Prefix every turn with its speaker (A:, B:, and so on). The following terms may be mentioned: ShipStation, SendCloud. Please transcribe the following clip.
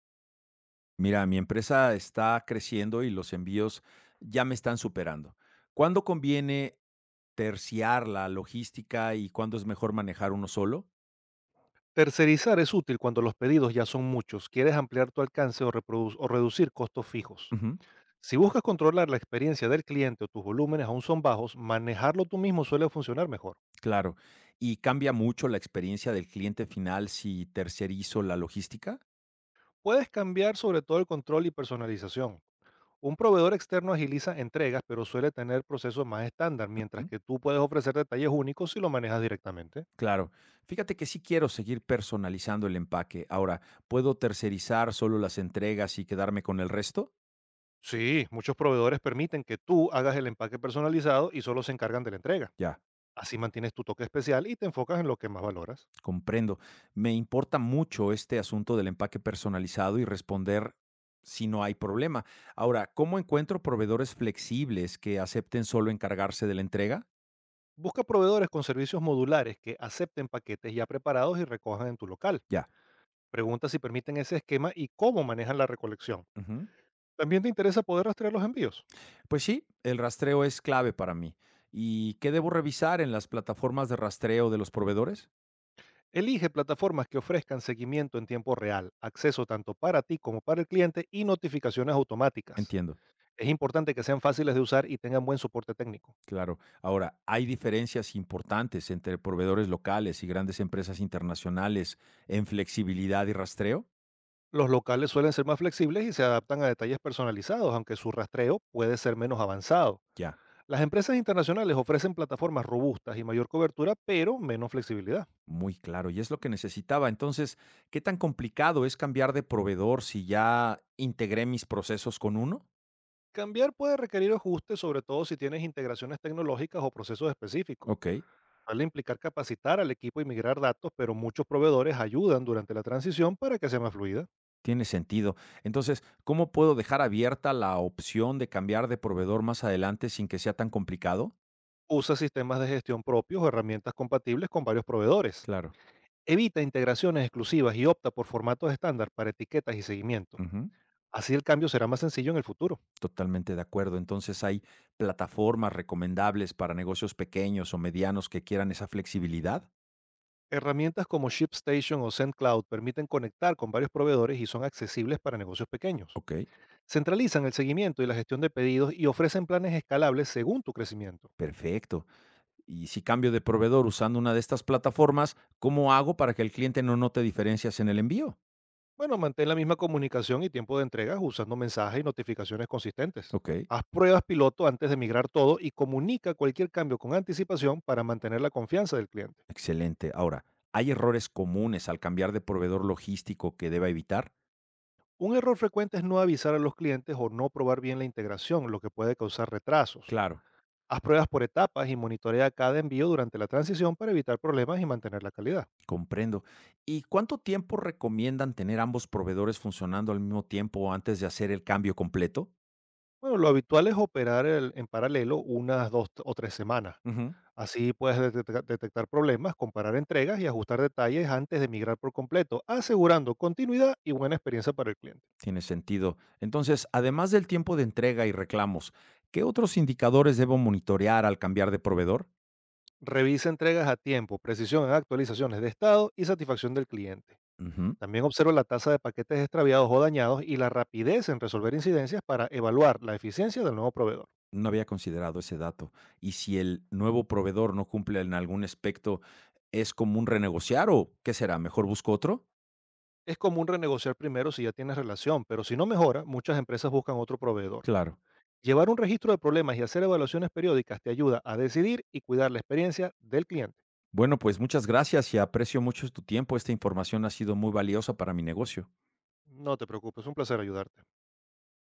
A: Mira, mi empresa está creciendo y los envíos ya me están superando. ¿Cuándo conviene terciar la logística y cuándo es mejor manejar uno solo?
B: Tercerizar es útil cuando los pedidos ya son muchos, quieres ampliar tu alcance o, reducir costos fijos.
A: Ujú,
B: Si buscas controlar la experiencia del cliente o tus volúmenes aún son bajos, manejarlo tú mismo suele funcionar mejor.
A: claro. ¿Y cambia mucho la experiencia del cliente final si tercerizo la logística?
B: Puedes cambiar sobre todo el control y personalización. Un proveedor externo agiliza entregas, pero suele tener procesos más estándar, mientras
A: Ujú,
B: que tú puedes ofrecer detalles únicos si lo manejas directamente.
A: claro. Fíjate que sí quiero seguir personalizando el empaque. Ahora, ¿puedo tercerizar solo las entregas y quedarme con el resto?
B: Sí, muchos proveedores permiten que tú hagas el empaque personalizado y solo se encargan de la entrega.
A: Ya.
B: Así mantienes tu toque especial y te enfocas en lo que más valoras.
A: Comprendo. Me importa mucho este asunto del empaque personalizado y responder si no hay problema. Ahora, ¿cómo encuentro proveedores flexibles que acepten solo encargarse de la entrega?
B: Busca proveedores con servicios modulares que acepten paquetes ya preparados y recojan en tu local.
A: Ya.
B: Pregunta si permiten ese esquema y cómo manejan la recolección.
A: Ujú.
B: También te interesa poder rastrear los envíos.
A: Pues sí, el rastreo es clave para mí. ¿Y qué debo revisar en las plataformas de rastreo de los proveedores?
B: Elige plataformas que ofrezcan seguimiento en tiempo real, acceso tanto para ti como para el cliente y notificaciones automáticas.
A: Entiendo.
B: Es importante que sean fáciles de usar y tengan buen soporte técnico.
A: Claro. Ahora, hay diferencias importantes entre proveedores locales y grandes empresas internacionales en flexibilidad y rastreo.
B: Los locales suelen ser más flexibles y se adaptan a detalles personalizados, aunque su rastreo puede ser menos avanzado.
A: Ya.
B: Las empresas internacionales ofrecen plataformas robustas y mayor cobertura, pero menos flexibilidad.
A: Muy claro, y es lo que necesitaba. Entonces, ¿qué tan complicado es cambiar de proveedor si ya integré mis procesos con uno?
B: Cambiar puede requerir ajustes, sobre todo si tienes integraciones tecnológicas o procesos específicos.
A: Ok,
B: Suele implicar capacitar al equipo y migrar datos, pero muchos proveedores ayudan durante la transición para que sea más fluida.
A: tiene sentido. Entonces, ¿cómo puedo dejar abierta la opción de cambiar de proveedor más adelante sin que sea tan complicado?
B: Usa sistemas de gestión propios o herramientas compatibles con varios proveedores.
A: Claro.
B: Evita integraciones exclusivas y opta por formatos estándar para etiquetas y seguimiento.
A: Ujú,
B: Así el cambio será más sencillo en el futuro.
A: totalmente de acuerdo. Entonces, ¿hay plataformas recomendables para negocios pequeños o medianos que quieran esa flexibilidad?
B: Herramientas como ShipStation o SendCloud permiten conectar con varios proveedores y son accesibles para negocios pequeños.
A: Ok,
B: Centralizan el seguimiento y la gestión de pedidos y ofrecen planes escalables según tu crecimiento.
A: perfecto. Y si cambio de proveedor usando una de estas plataformas, ¿cómo hago para que el cliente no note diferencias en el envío?
B: Bueno, mantén la misma comunicación y tiempo de entregas usando mensajes y notificaciones consistentes.
A: Ok,
B: Haz pruebas piloto antes de migrar todo y comunica cualquier cambio con anticipación para mantener la confianza del cliente.
A: excelente. Ahora, ¿hay errores comunes al cambiar de proveedor logístico que deba evitar?
B: Un error frecuente es no avisar a los clientes o no probar bien la integración, lo que puede causar retrasos.
A: Claro.
B: Haz pruebas por etapas y monitorea cada envío durante la transición para evitar problemas y mantener la calidad.
A: Comprendo. ¿Y cuánto tiempo recomiendan tener ambos proveedores funcionando al mismo tiempo antes de hacer el cambio completo?
B: Bueno, lo habitual es operar en paralelo unas dos o tres semanas.
A: Ujú.
B: Así puedes detectar problemas, comparar entregas y ajustar detalles antes de migrar por completo, asegurando continuidad y buena experiencia para el cliente.
A: Tiene sentido. Entonces, además del tiempo de entrega y reclamos, ¿qué otros indicadores debo monitorear al cambiar de proveedor?
B: Revisa entregas a tiempo, precisión en actualizaciones de estado y satisfacción del cliente.
A: Ujú.
B: También observa la tasa de paquetes extraviados o dañados y la rapidez en resolver incidencias para evaluar la eficiencia del nuevo proveedor.
A: No había considerado ese dato. Y si el nuevo proveedor no cumple en algún aspecto, ¿es común renegociar o qué será? ¿Mejor busco otro?
B: Es común renegociar primero si ya tienes relación, pero si no mejora, muchas empresas buscan otro proveedor.
A: Claro.
B: Llevar un registro de problemas y hacer evaluaciones periódicas te ayuda a decidir y cuidar la experiencia del cliente.
A: Bueno, pues muchas gracias y aprecio mucho tu tiempo. Esta información ha sido muy valiosa para mi negocio.
B: No te preocupes, es un placer ayudarte.